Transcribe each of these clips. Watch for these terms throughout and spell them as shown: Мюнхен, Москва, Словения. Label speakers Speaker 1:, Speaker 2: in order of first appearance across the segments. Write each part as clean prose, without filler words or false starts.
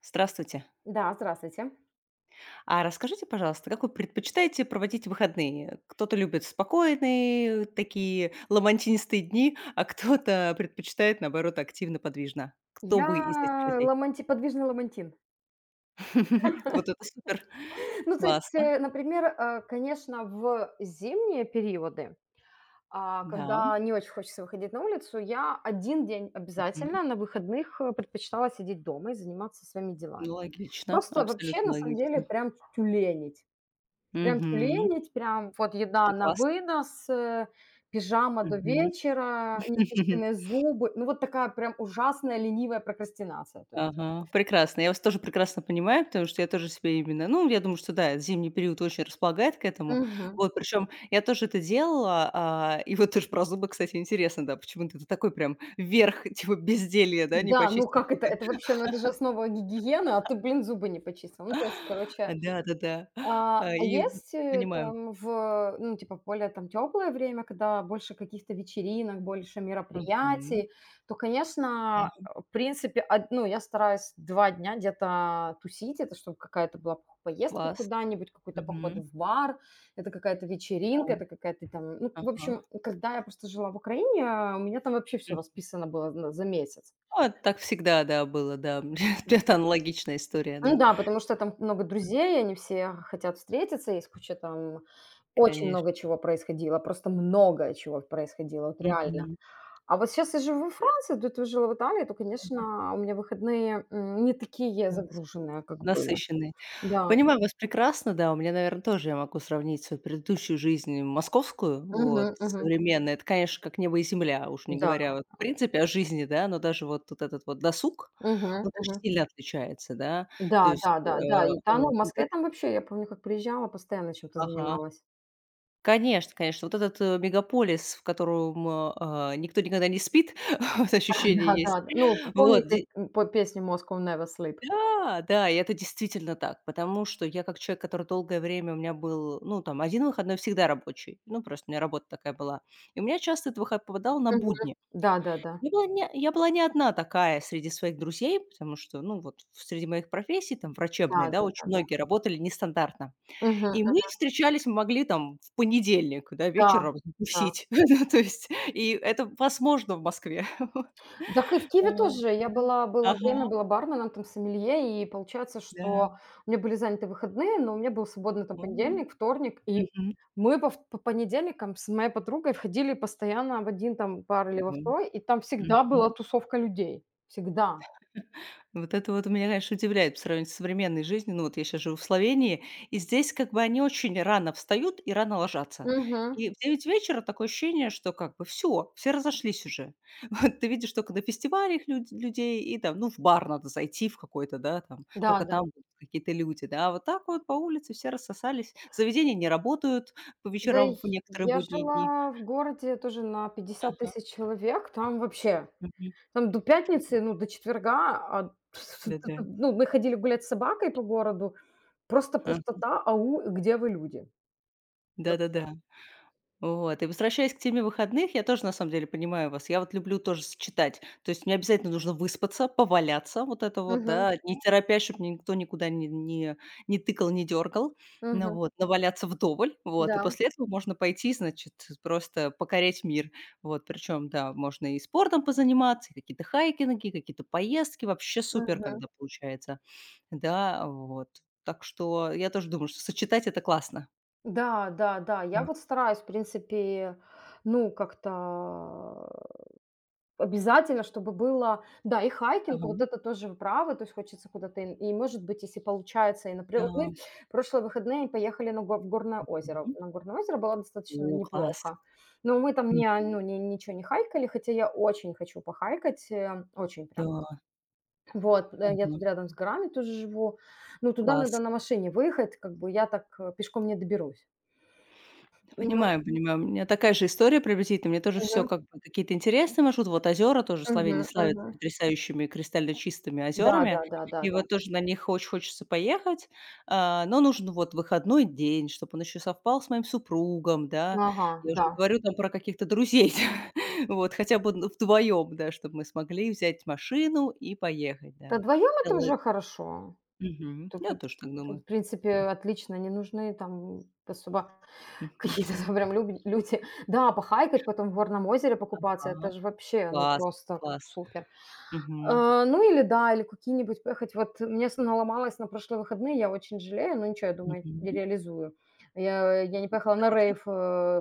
Speaker 1: Здравствуйте.
Speaker 2: Да, здравствуйте.
Speaker 1: А расскажите, пожалуйста, как вы предпочитаете проводить выходные? Кто-то любит спокойные, такие ламантинистые дни, а кто-то предпочитает, наоборот, активно, подвижно. Кто
Speaker 2: Я
Speaker 1: вы из этих людей?
Speaker 2: ламанти подвижный ламантин.
Speaker 1: Вот это супер.
Speaker 2: Ну, то есть,
Speaker 1: Классно.
Speaker 2: э, например, э, конечно, в зимние периоды,
Speaker 1: Да.
Speaker 2: когда не очень хочется выходить на улицу, я один день
Speaker 1: Мгм.
Speaker 2: обязательно на выходных, предпочитала сидеть дома и заниматься своими делами.
Speaker 1: Ну, логично.
Speaker 2: Просто вообще,
Speaker 1: Абсолютно
Speaker 2: на самом деле,
Speaker 1: логично.
Speaker 2: прям тюленить. Прям
Speaker 1: Мгм.
Speaker 2: тюленить, прям вот еда
Speaker 1: Это
Speaker 2: на
Speaker 1: классно.
Speaker 2: вынос, пижама до
Speaker 1: Мгм.
Speaker 2: вечера, нечищенные зубы. Ну, вот такая прям ужасная ленивая прокрастинация, то есть.
Speaker 1: Ага, прекрасно. Я вас тоже прекрасно понимаю, потому что я тоже себе именно, ну, я думаю, что да, зимний период очень располагает к этому.
Speaker 2: Мгм.
Speaker 1: Вот, причем я тоже это делала, и вот тоже про зубы, кстати, интересно, да, почему-то это такой прям верх, типа безделье, да, не
Speaker 2: Да, ну
Speaker 1: почистить
Speaker 2: как это?
Speaker 1: зубы.
Speaker 2: Это вообще, ну это же основа гигиены, а ты, блин, зубы не почистил. Ну, то есть, короче,
Speaker 1: Да-да-да. А, и вот
Speaker 2: есть
Speaker 1: понимаю.
Speaker 2: ну, типа, более там теплое время, когда больше каких-то вечеринок, больше
Speaker 1: Мгм.
Speaker 2: мероприятий, то,
Speaker 1: Да,
Speaker 2: конечно, в принципе, ну, я стараюсь 2 дня где-то тусить, это чтобы какая-то была поездка
Speaker 1: класс.
Speaker 2: куда-нибудь, какой-то поход
Speaker 1: Мгм.
Speaker 2: в бар, это какая-то
Speaker 1: Да.
Speaker 2: вечеринка, это какая-то там, ну, в
Speaker 1: Ага.
Speaker 2: общем, когда я просто жила в Украине, у меня там вообще все
Speaker 1: М.
Speaker 2: расписано было за месяц.
Speaker 1: А, так всегда, да, было, да. Это аналогичная история,
Speaker 2: Ну
Speaker 1: да,
Speaker 2: да, потому что там много друзей, они все хотят встретиться, есть куча там очень
Speaker 1: конечно.
Speaker 2: много чего происходило, просто много чего происходило, вот реально.
Speaker 1: Мгм.
Speaker 2: А вот сейчас я живу во
Speaker 1: Да.
Speaker 2: Франции, до этого жила в Италии, то, конечно, у меня выходные, не такие
Speaker 1: Нас
Speaker 2: загруженные, как были. Да.
Speaker 1: Понимаю вас прекрасно, да. У меня, наверное, тоже я могу сравнить свою предыдущую жизнь московскую,
Speaker 2: Мгм,
Speaker 1: вот,
Speaker 2: мгм.
Speaker 1: современной. Это, конечно, как небо и земля, уж не
Speaker 2: Да.
Speaker 1: говоря вот в принципе о жизни, да, но даже вот тут этот вот досуг,
Speaker 2: Мгм,
Speaker 1: он, конечно,
Speaker 2: мгм.
Speaker 1: сильно отличается, да. То
Speaker 2: Да,
Speaker 1: есть,
Speaker 2: да, да, да. И да, ну, в
Speaker 1: когда.
Speaker 2: Москве там вообще, я помню, как приезжала, постоянно чем-то
Speaker 1: Ага.
Speaker 2: занималась.
Speaker 1: Конечно, конечно. Вот этот, мегаполис, в котором, а, никто никогда не спит, вот ощущение
Speaker 2: Да,
Speaker 1: есть.
Speaker 2: да, да. Ну,
Speaker 1: Вот
Speaker 2: помните,
Speaker 1: де
Speaker 2: по песню Moscow Never Sleep?
Speaker 1: Да, да, и это действительно так, потому что я как человек, который долгое время у меня был, ну, там, один выходной всегда рабочий, ну, просто у меня работа такая была. И у меня часто этот выход попадал на
Speaker 2: Мгм.
Speaker 1: будни.
Speaker 2: Да, да, да.
Speaker 1: Я была не одна такая среди своих друзей, потому что, ну, вот среди моих профессий, там,
Speaker 2: Да,
Speaker 1: врачебной, да,
Speaker 2: да, да,
Speaker 1: очень
Speaker 2: да.
Speaker 1: многие работали нестандартно.
Speaker 2: Мгм.
Speaker 1: И мы встречались, мы могли там в понедельник, да,
Speaker 2: Да,
Speaker 1: вечером
Speaker 2: да.
Speaker 1: затусить. Ну, то есть, и это возможно в Москве.
Speaker 2: Так и в Киеве
Speaker 1: Вот.
Speaker 2: тоже я была
Speaker 1: А, да.
Speaker 2: было
Speaker 1: Ага,
Speaker 2: время, была барменом, там сомелье, и получается,
Speaker 1: да.
Speaker 2: что у меня были заняты выходные, но у меня был свободный там понедельник, вторник, и
Speaker 1: Мгм.
Speaker 2: мы по понедельникам с моей подругой входили постоянно в один там бар или во
Speaker 1: Мгм.
Speaker 2: второй, и там
Speaker 1: Мгм.
Speaker 2: всегда была тусовка людей. Всегда.
Speaker 1: Вот это вот меня, конечно, удивляет по сравнению с современной жизнью. Ну, вот я сейчас живу в Словении, и здесь как бы они очень рано встают и рано ложатся.
Speaker 2: Угу.
Speaker 1: И в 9 вечера такое ощущение, что как бы все разошлись уже. Вот ты видишь только на фестивалях людей и там, ну, в бар надо зайти в какой-то, да, там,
Speaker 2: Да,
Speaker 1: только
Speaker 2: да.
Speaker 1: там будут какие-то люди, да. А вот так вот по улице все рассосались. Заведения не работают по
Speaker 2: Да, и
Speaker 1: вечерам в некоторые
Speaker 2: я
Speaker 1: будние дни.
Speaker 2: жила в городе тоже на пятьдесят
Speaker 1: Ага.
Speaker 2: тысяч человек, там вообще
Speaker 1: Мгм.
Speaker 2: там до пятницы, ну, до четверга,
Speaker 1: Да-да.
Speaker 2: ну, мы ходили гулять с собакой по городу, просто
Speaker 1: Ага.
Speaker 2: пустота, ау, где вы, люди? Вот.
Speaker 1: Да-да-да. Вот. И возвращаясь к теме выходных, я тоже на самом деле понимаю вас. Я вот люблю тоже сочетать. То есть мне обязательно нужно выспаться, поваляться, вот это вот,
Speaker 2: Мгм,
Speaker 1: да, не торопясь, чтобы никто никуда не тыкал, не дергал. Ну
Speaker 2: мгм.
Speaker 1: вот, наваляться вдоволь, вот.
Speaker 2: Да,
Speaker 1: И после этого можно пойти, значит, просто покорять мир. Вот, причем, да, можно и спортом позаниматься, и какие-то хайкинги, какие-то поездки. Вообще супер,
Speaker 2: мгм.
Speaker 1: когда получается. Да, вот. Так что я тоже думаю, что сочетать это классно.
Speaker 2: Да, да, да, я вот стараюсь, в принципе, ну, как-то обязательно, чтобы было, да, и хайкинг, вот
Speaker 1: Ага,
Speaker 2: это тоже вы правы, то есть хочется куда-то и может быть, если получается, и, например, вот мы
Speaker 1: да.
Speaker 2: прошлые выходные поехали на го в Горное озеро.
Speaker 1: Мгм.
Speaker 2: На Горное озеро было достаточно
Speaker 1: О, класс.
Speaker 2: неплохо, но мы там
Speaker 1: М,
Speaker 2: не ну, не ничего не хайкали, хотя я очень хочу похайкать, очень прям.
Speaker 1: да,
Speaker 2: Вот, я тут
Speaker 1: мгм.
Speaker 2: рядом с горами тоже живу, ну туда надо
Speaker 1: Класс.
Speaker 2: на машине выехать, как бы я так, пешком не доберусь. Ну,
Speaker 1: Понимаю, понимаю. У меня такая же история приблизительно. Мне тоже все
Speaker 2: мгм,
Speaker 1: как бы какие-то интересные маршруты. Вот озера тоже
Speaker 2: мгм,
Speaker 1: Словения славятся
Speaker 2: мгм.
Speaker 1: потрясающими кристально чистыми
Speaker 2: Да, да,
Speaker 1: озерами.
Speaker 2: да, да,
Speaker 1: И
Speaker 2: да.
Speaker 1: вот тоже на них очень хочется поехать, но нужен вот выходной день, чтобы он еще совпал с моим супругом, да.
Speaker 2: Ага,
Speaker 1: Я уже
Speaker 2: да.
Speaker 1: не говорю там про каких-то друзей, вот, хотя бы вдвоем, да, чтобы мы смогли взять машину и поехать,
Speaker 2: Да
Speaker 1: да.
Speaker 2: вдвоем это
Speaker 1: Целый
Speaker 2: уже хорошо.
Speaker 1: Мгм.
Speaker 2: Тут,
Speaker 1: Я тоже так
Speaker 2: тут,
Speaker 1: думаю.
Speaker 2: в принципе, отлично, не нужны там особо
Speaker 1: Мгм.
Speaker 2: какие-то там прям люди. Да, похайкать, потом в горном озере
Speaker 1: А.
Speaker 2: покупаться, это же вообще, ну,
Speaker 1: Класс,
Speaker 2: просто
Speaker 1: класс.
Speaker 2: супер.
Speaker 1: Мгм.
Speaker 2: А, ну, или да, или какие-нибудь поехать. Вот мне наломалось на прошлые выходные, я очень жалею, но ничего, я думаю, я
Speaker 1: Мгм.
Speaker 2: реализую. Я не поехала на
Speaker 1: Скажите?
Speaker 2: рейв,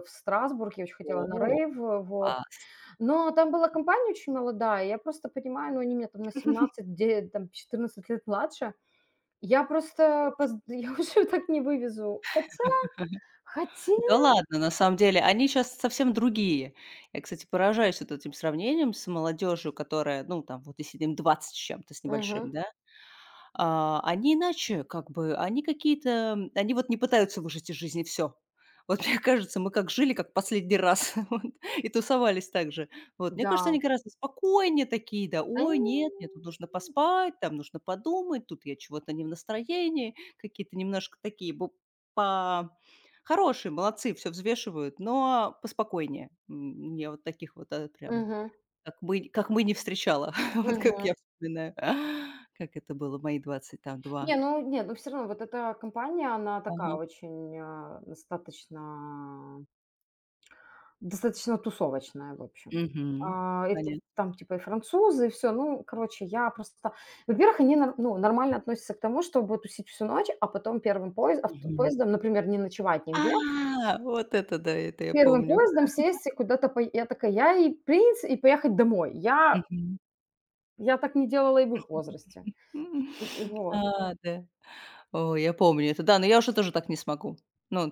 Speaker 2: в Страсбург, я очень хотела на
Speaker 1: О,
Speaker 2: рейв, вот.
Speaker 1: класс.
Speaker 2: Но там была компания очень молодая, я просто понимаю, ну, они меня там на 17 где, там 14 лет младше, я просто поз я уже так не вывезу. Хотя, хотя
Speaker 1: Да ладно, на самом деле, они сейчас совсем другие. Я, кстати, поражаюсь вот этим сравнением с молодежью, которая, ну, там вот если им 20 с чем-то, с небольшим,
Speaker 2: мгм.
Speaker 1: да. А, они иначе, как бы, они какие-то, они вот не пытаются выжить из жизни все. Вот мне кажется, мы как жили, как последний раз, вот, и тусовались так же. Вот, мне кажется,
Speaker 2: Да,
Speaker 1: они гораздо спокойнее такие, да:
Speaker 2: они
Speaker 1: "Ой, нет, мне тут нужно поспать, там нужно подумать, тут я чего-то не в настроении". Какие-то немножко такие бу по хорошие, молодцы, все взвешивают, но поспокойнее. Я вот таких вот, прям
Speaker 2: мгм,
Speaker 1: как мы не встречала. Вот как
Speaker 2: мгм.
Speaker 1: я вспоминаю, как это было мои 20 там
Speaker 2: Не,
Speaker 1: 2.
Speaker 2: ну нет, ну все равно вот эта компания, она такая
Speaker 1: Ага.
Speaker 2: очень, достаточно тусовочная, в общем.
Speaker 1: Мгм.
Speaker 2: А, это
Speaker 1: Понятно.
Speaker 2: там типа и французы, и всё. Ну, короче, я просто во-первых, они нор ну, нормально относятся к тому, чтобы тусить всю ночь, а потом первым
Speaker 1: Мгм.
Speaker 2: поездом, например, не ночевать нигде.
Speaker 1: А, вот это да, это я
Speaker 2: Первым
Speaker 1: помню.
Speaker 2: поездом сесть и куда-то пое я такая, я и поехать домой. Я
Speaker 1: Мгм.
Speaker 2: я так не делала и в их возрасте.
Speaker 1: М.
Speaker 2: И вот.
Speaker 1: А, да. О, я помню это. Да, но я уже тоже так не смогу. Ну,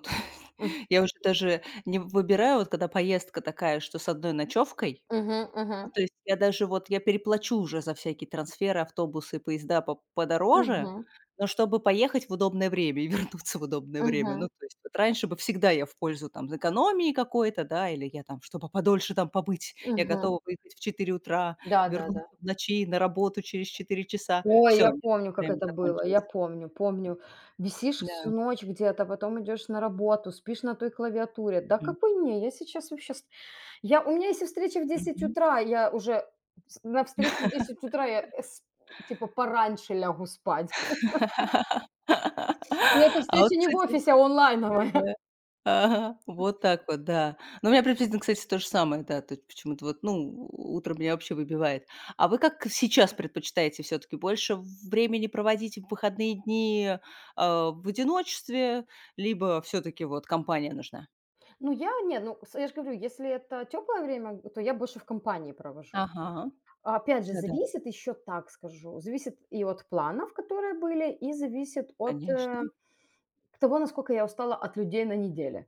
Speaker 2: М.
Speaker 1: я уже даже не выбираю, вот когда поездка такая, что с одной ночевкой.
Speaker 2: Мгм,
Speaker 1: Ну,
Speaker 2: мгм.
Speaker 1: то есть я даже вот я переплачу уже за всякие трансферы, автобусы, поезда по подороже,
Speaker 2: Мгм,
Speaker 1: но чтобы поехать в удобное время и вернуться в удобное время.
Speaker 2: мгм,
Speaker 1: Ну, то есть вот раньше бы всегда я в пользу там экономии какой-то, да, или я там, чтобы подольше там побыть, я
Speaker 2: мгм.
Speaker 1: готова выехать в 4 утра, вернуться
Speaker 2: Да-да-да.
Speaker 1: в ночи на работу через 4 часа.
Speaker 2: Ой,
Speaker 1: Все
Speaker 2: я помню, как
Speaker 1: время
Speaker 2: это было, я
Speaker 1: закончилось.
Speaker 2: помню, помню. Висишь всю
Speaker 1: Да,
Speaker 2: ночь где-то, потом идёшь на работу, спишь на той клавиатуре. Да
Speaker 1: мгм,
Speaker 2: какой мне, я сейчас вообще с я у меня если встреча в десять
Speaker 1: мгм.
Speaker 2: утра, я уже с на встречу в 10 утра я э, с типа пораньше лягу спать. И эта
Speaker 1: А вот,
Speaker 2: встреча не в
Speaker 1: кстати.
Speaker 2: офисе, а онлайновая.
Speaker 1: Да. Ага, вот так вот, да. Но у меня приблизительно, кстати, то же самое, да. То есть почему-то вот, ну, утро меня вообще выбивает. А вы как сейчас предпочитаете все таки больше времени проводить в выходные дни, а, в одиночестве, либо все таки вот компания нужна?
Speaker 2: Ну, я нет, ну, с я же говорю, если это теплое время, то я больше в компании провожу.
Speaker 1: Ага,
Speaker 2: Опять же,
Speaker 1: да-да,
Speaker 2: зависит еще так скажу, зависит и от планов, которые были, и зависит от,
Speaker 1: конечно.
Speaker 2: того, насколько я устала от людей на неделе.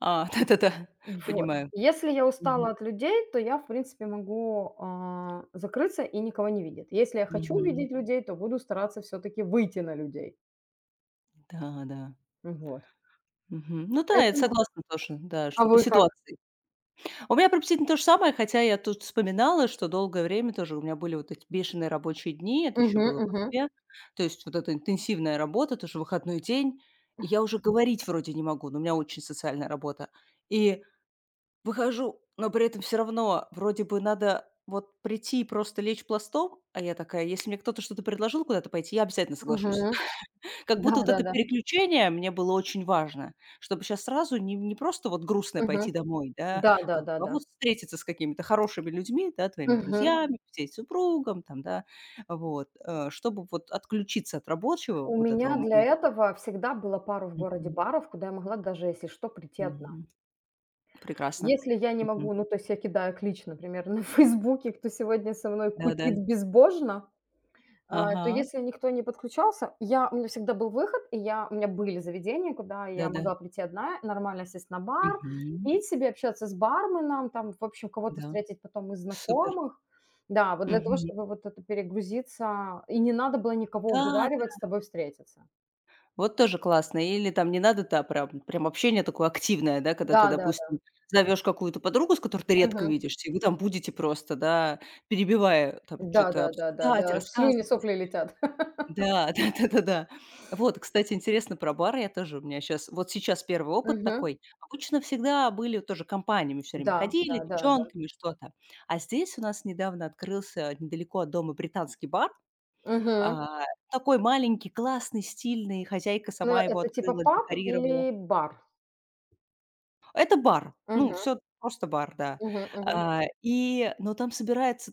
Speaker 1: А, да-да-да,
Speaker 2: Вот.
Speaker 1: понимаю.
Speaker 2: Если я
Speaker 1: Мгм,
Speaker 2: устала от людей, то я, в принципе, могу, закрыться и никого не видеть. Если я хочу
Speaker 1: мгм.
Speaker 2: видеть людей, то буду стараться все таки выйти на людей.
Speaker 1: Да, да.
Speaker 2: Вот.
Speaker 1: Мгм. Ну да, я
Speaker 2: Поэтому
Speaker 1: согласна тоже, да,
Speaker 2: а
Speaker 1: что по
Speaker 2: вы как?
Speaker 1: ситуации. А, у меня приблизительно то же самое, хотя я тут вспоминала, что долгое время тоже у меня были вот эти бешеные рабочие дни, это еще
Speaker 2: Мгм,
Speaker 1: было в
Speaker 2: мгм,
Speaker 1: Москве. То есть вот эта интенсивная работа, тоже выходной день. И я уже говорить вроде не могу, но у меня очень социальная работа. И выхожу, но при этом все равно вроде бы надо вот прийти и просто лечь пластом, а я такая, если мне кто-то что-то предложил куда-то пойти, я обязательно соглашусь.
Speaker 2: мгм.
Speaker 1: Как будто вот это
Speaker 2: Да-да-да.
Speaker 1: переключение мне было очень важно, чтобы сейчас сразу не просто вот грустно
Speaker 2: Мгм.
Speaker 1: пойти домой, да,
Speaker 2: Да, да,
Speaker 1: как
Speaker 2: да,
Speaker 1: бы, а
Speaker 2: да.
Speaker 1: вот встретиться с какими-то хорошими людьми, да, твоими
Speaker 2: Мгм.
Speaker 1: друзьями, всей супругом там, да. Вот, чтобы вот отключиться от рабочего
Speaker 2: У
Speaker 1: вот этого
Speaker 2: меня для
Speaker 1: момента.
Speaker 2: этого всегда было пару в городе
Speaker 1: Мгм.
Speaker 2: баров, куда я могла даже, если что, прийти одна.
Speaker 1: Мгм. Прекрасно.
Speaker 2: Если я не
Speaker 1: Мгм.
Speaker 2: могу, ну, то есть я кидаю клич, например, на "Фейсбуке", кто сегодня со мной
Speaker 1: Да-да.
Speaker 2: кутит безбожно. А, то
Speaker 1: Ага.
Speaker 2: если никто не подключался, я у меня всегда был выход, и я у меня были заведения, куда я
Speaker 1: Да-да.
Speaker 2: могла прийти одна, нормально сесть на бар,
Speaker 1: Мгм.
Speaker 2: пить себе, общаться с барменом, там, в общем, кого-то
Speaker 1: Да.
Speaker 2: встретить потом из
Speaker 1: Супер.
Speaker 2: знакомых. Да, вот для того,
Speaker 1: Мгм.
Speaker 2: чтобы вот это перегрузиться, и не надо было никого
Speaker 1: Да.
Speaker 2: уговаривать с тобой встретиться.
Speaker 1: Вот тоже классно. Или там не надо, да, прям общение такое активное, да, когда ты,
Speaker 2: Да-да-да.
Speaker 1: допустим, зовешь какую-то подругу, с которой ты редко
Speaker 2: Мгм.
Speaker 1: видишься, и вы там будете просто, да, перебивая, там что то обсуждать,
Speaker 2: Да-да-да-да-да. Аж слюни,
Speaker 1: рассказывать.
Speaker 2: сопли летят.
Speaker 1: Да, да-да-да-да. Вот, кстати, интересно про бары. Я тоже у меня сейчас, вот сейчас первый опыт
Speaker 2: Мгм.
Speaker 1: такой. Обычно всегда были тоже компаниями, все время
Speaker 2: Да,
Speaker 1: ходили,
Speaker 2: да-да-да.
Speaker 1: девчонками, что-то. А здесь у нас недавно открылся недалеко от дома британский бар.
Speaker 2: Мгм.
Speaker 1: А, такой маленький, классный, стильный. Хозяйка
Speaker 2: Ну,
Speaker 1: сама его
Speaker 2: это типа
Speaker 1: открыла,
Speaker 2: паб
Speaker 1: декорировала.
Speaker 2: или бар?
Speaker 1: Это бар. Ну,
Speaker 2: Мгм,
Speaker 1: все просто бар, да.
Speaker 2: мгм, мгм.
Speaker 1: А, и но там собираются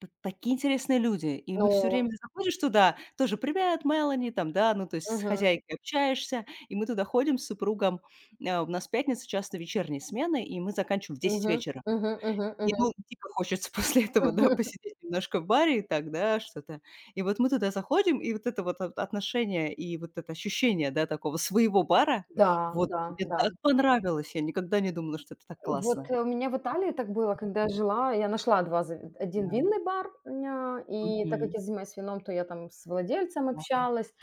Speaker 1: т такие интересные люди. И мы все
Speaker 2: Ну,
Speaker 1: время заходишь туда, тоже: "Привет, Мелани!" Там, да, ну, то есть с
Speaker 2: мгм.
Speaker 1: хозяйкой общаешься. И мы туда ходим с супругом. А, у нас пятница часто вечерние смены, и мы заканчиваем в 10
Speaker 2: Мгм.
Speaker 1: вечера.
Speaker 2: Мгм. Мгм.
Speaker 1: И,
Speaker 2: Мгм.
Speaker 1: ну, дико хочется после этого, да,
Speaker 2: Мгм.
Speaker 1: посидеть немножко в баре и так, да, что-то. И вот мы туда заходим, и вот это вот от отношение, и вот это ощущение, да, такого своего бара,
Speaker 2: Да,
Speaker 1: вот,
Speaker 2: да,
Speaker 1: мне
Speaker 2: да.
Speaker 1: так понравилось. Я никогда не думала, что это так
Speaker 2: Вот,
Speaker 1: классно.
Speaker 2: у меня в Италии так было, когда я жила. Я нашла 2 зав 1
Speaker 1: Да.
Speaker 2: винный бар, ня и так как
Speaker 1: Мгм.
Speaker 2: я занимаюсь вином, то я там с владельцем
Speaker 1: Да,
Speaker 2: общалась.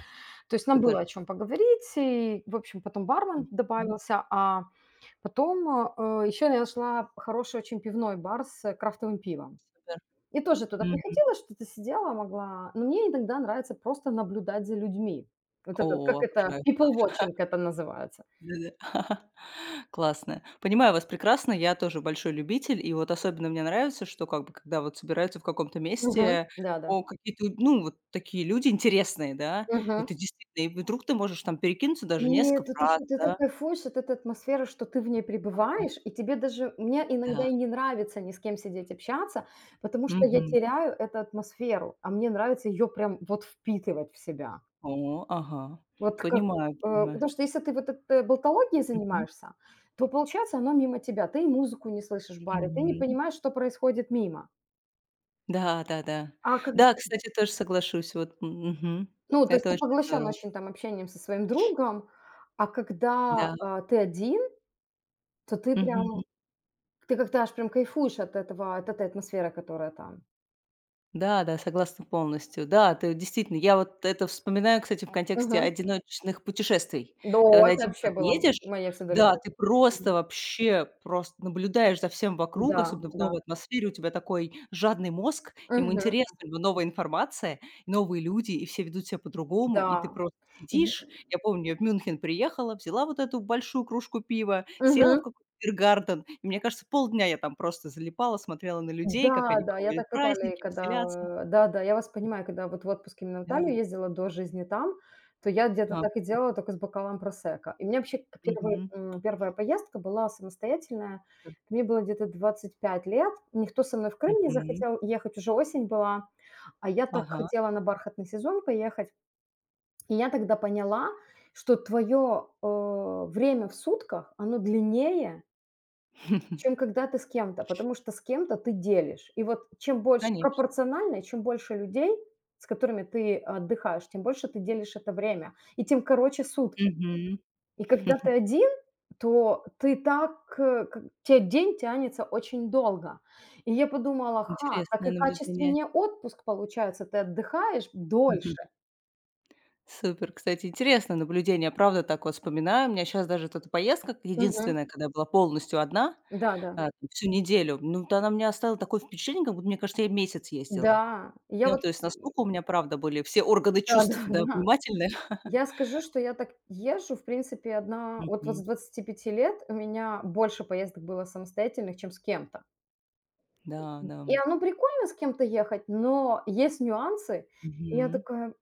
Speaker 2: То есть нам было о
Speaker 1: супер.
Speaker 2: чем поговорить. И, в общем, потом бармен
Speaker 1: Мгм.
Speaker 2: добавился. А потом, еще я нашла хороший очень пивной бар с, крафтовым пивом.
Speaker 1: Супер.
Speaker 2: И тоже туда
Speaker 1: Мгм.
Speaker 2: приходила, что-то сидела, могла но мне иногда нравится просто наблюдать за людьми. Вот этот, как
Speaker 1: О,
Speaker 2: это,
Speaker 1: обожаю.
Speaker 2: people watching это называется.
Speaker 1: Да-да. Классно. Понимаю вас прекрасно, я тоже большой любитель. И вот особенно мне нравится, что как бы когда вот собираются в каком-то
Speaker 2: Мгм.
Speaker 1: месте,
Speaker 2: Да-да.
Speaker 1: о, какие-то, ну, вот такие люди интересные, да.
Speaker 2: Мгм.
Speaker 1: Это действительно, и вдруг ты можешь там перекинуться даже
Speaker 2: И
Speaker 1: несколько
Speaker 2: тут
Speaker 1: фраз,
Speaker 2: еще ты так
Speaker 1: да.
Speaker 2: кайфуешь от этой атмосферы, что ты в ней пребываешь, и тебе даже мне иногда
Speaker 1: Да.
Speaker 2: и не нравится ни с кем сидеть общаться, потому что я
Speaker 1: Мгм.
Speaker 2: теряю эту атмосферу, а мне нравится ее прям вот впитывать в себя.
Speaker 1: О, ага.
Speaker 2: Вот как,
Speaker 1: Понимаю, понимаю.
Speaker 2: потому что если ты вот этой болтологией
Speaker 1: Мгм.
Speaker 2: занимаешься, то получается оно мимо тебя. Ты и музыку не слышишь в баре, ты не
Speaker 1: Мгм.
Speaker 2: понимаешь, что происходит мимо.
Speaker 1: Да, да-да.
Speaker 2: А как,
Speaker 1: Да, да, кстати, тоже соглашусь. Вот, м, мгм.
Speaker 2: ну, то есть
Speaker 1: Это
Speaker 2: ты
Speaker 1: очень
Speaker 2: поглощен
Speaker 1: здорово.
Speaker 2: очень там общением со своим другом, а когда,
Speaker 1: Да.
Speaker 2: ты один, то ты прям, ты как-то аж прям кайфуешь от этого, от этой атмосферы, которая там.
Speaker 1: Да-да, согласна полностью. Да, ты действительно, я вот это вспоминаю, кстати, в контексте
Speaker 2: Мгм.
Speaker 1: одиночных путешествий.
Speaker 2: Да,
Speaker 1: Когда ты
Speaker 2: это
Speaker 1: один
Speaker 2: вообще
Speaker 1: куда-то
Speaker 2: была
Speaker 1: едешь,
Speaker 2: моя всегда
Speaker 1: да,
Speaker 2: любовь.
Speaker 1: ты
Speaker 2: Мгм.
Speaker 1: просто вообще просто наблюдаешь за всем вокруг,
Speaker 2: Да,
Speaker 1: особенно в
Speaker 2: да.
Speaker 1: новой атмосфере. У тебя такой жадный мозг, ему
Speaker 2: Мгм.
Speaker 1: интересна новая информация, новые люди, и все ведут себя по-другому, и ты
Speaker 2: Да.
Speaker 1: просто сидишь. Я помню, в Мюнхен приехала, взяла вот эту большую кружку пива,
Speaker 2: Е
Speaker 1: села
Speaker 2: мгм.
Speaker 1: в какой-то биргарден, и, мне кажется, полдня я там просто залипала, смотрела на людей, как
Speaker 2: Да,
Speaker 1: они
Speaker 2: да, я
Speaker 1: проводят
Speaker 2: так в Италии,
Speaker 1: праздники, веселятся.
Speaker 2: когда да-да, я вас понимаю, когда вот в отпуск именно в Италию
Speaker 1: Да.
Speaker 2: ездила до жизни там, то я где-то
Speaker 1: Ага.
Speaker 2: так и делала, только с бокалом просекко. И у меня вообще к первый,
Speaker 1: Мгм.
Speaker 2: первая поездка была самостоятельная.
Speaker 1: Р
Speaker 2: Мне было где-то 25 лет. Никто со мной в Крым не
Speaker 1: Мгм.
Speaker 2: захотел ехать, уже осень была, а я так
Speaker 1: Ага.
Speaker 2: хотела на бархатный сезон поехать. И я тогда поняла, что твое, время в сутках, оно длиннее чем когда ты с кем-то, потому что с кем-то ты делишь. И вот чем больше
Speaker 1: Конечно.
Speaker 2: пропорционально, и чем больше людей, с которыми ты отдыхаешь, тем больше ты делишь это время, и тем короче сутки.
Speaker 1: Мгм.
Speaker 2: И когда ты один, то ты так, э, к те день тянется очень долго. И я подумала: "Ха, так
Speaker 1: Интересное
Speaker 2: и
Speaker 1: наблюдение.
Speaker 2: качественнее отпуск получается, ты отдыхаешь
Speaker 1: Мгм.
Speaker 2: дольше".
Speaker 1: Супер, кстати, интересное наблюдение. Правда, так вот вспоминаю. У меня сейчас даже вот эта поездка
Speaker 2: Мгм.
Speaker 1: единственная, когда я была полностью одна,
Speaker 2: Да-да.
Speaker 1: а, там всю неделю, ну, то она мне оставила такое впечатление, как будто, мне кажется, я месяц
Speaker 2: Да,
Speaker 1: ездила.
Speaker 2: да, я
Speaker 1: Ну,
Speaker 2: вот
Speaker 1: то есть настолько у меня, правда, были все органы чувств, да,
Speaker 2: да-да-да.
Speaker 1: внимательны.
Speaker 2: Я скажу, что я так езжу, в принципе, одна вот с
Speaker 1: Мгм.
Speaker 2: 25 лет у меня больше поездок было самостоятельных, чем с кем-то.
Speaker 1: Да, да.
Speaker 2: И оно прикольно с кем-то ехать, но есть нюансы. И я
Speaker 1: Мгм.
Speaker 2: такая: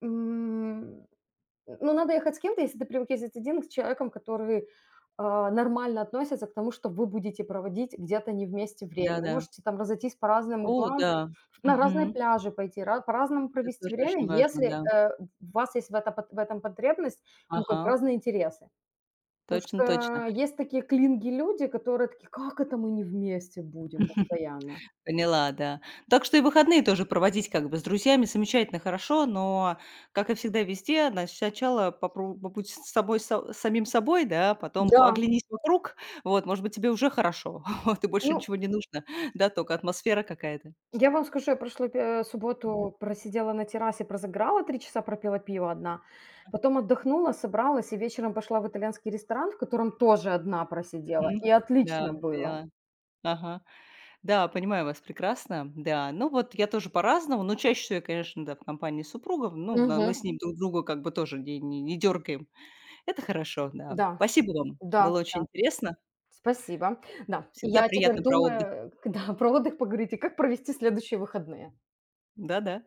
Speaker 2: ну, надо ехать с кем-то, если ты привык ездить один, с человеком, который, нормально относится к тому, что вы будете проводить где-то не вместе время. Вы
Speaker 1: Да-да.
Speaker 2: можете там разойтись по разным
Speaker 1: О
Speaker 2: углам,
Speaker 1: да.
Speaker 2: на разные
Speaker 1: Мгм.
Speaker 2: пляжи пойти, ра по-разному
Speaker 1: Это
Speaker 2: провести
Speaker 1: тоже
Speaker 2: время,
Speaker 1: очень важно,
Speaker 2: если,
Speaker 1: да.
Speaker 2: у вас есть в этом потребность, ну, как
Speaker 1: Ага.
Speaker 2: бы разные интересы. Потому
Speaker 1: Точно, точно.
Speaker 2: что есть такие клинги люди, которые такие: "Как это мы не вместе будем постоянно?"
Speaker 1: Поняла, да. Так что и выходные тоже проводить как бы с друзьями замечательно, хорошо, но, как и всегда везде, значит, сначала попру побудь с собой са самим собой, да, а потом
Speaker 2: Да.
Speaker 1: оглянись вокруг, вот, может быть, тебе уже хорошо, вот, и больше
Speaker 2: Ну,
Speaker 1: ничего не нужно, да, только атмосфера какая-то.
Speaker 2: я вам скажу, я прошлую пе субботу просидела на террасе, прозаграла 3 часа, пропила пиво одна, потом отдохнула, собралась и вечером пошла в итальянский ресторан, в котором тоже одна просидела,
Speaker 1: Мгм.
Speaker 2: и
Speaker 1: Да,
Speaker 2: отлично было.
Speaker 1: поняла. Ага. Да, понимаю вас прекрасно. Да, ну вот я тоже по-разному, но чаще всего я, конечно, да, в компании супругов. Ну, на мы
Speaker 2: Мгм.
Speaker 1: с ним друг друга как бы тоже не дергаем. Это хорошо, да.
Speaker 2: Да,
Speaker 1: Спасибо вам.
Speaker 2: да,
Speaker 1: Было очень
Speaker 2: да.
Speaker 1: интересно.
Speaker 2: Спасибо. Да. И
Speaker 1: Всегда
Speaker 2: я теперь
Speaker 1: приятно про отдых.
Speaker 2: думаю, да, про отдых поговорите, как провести следующие выходные.
Speaker 1: Да-да.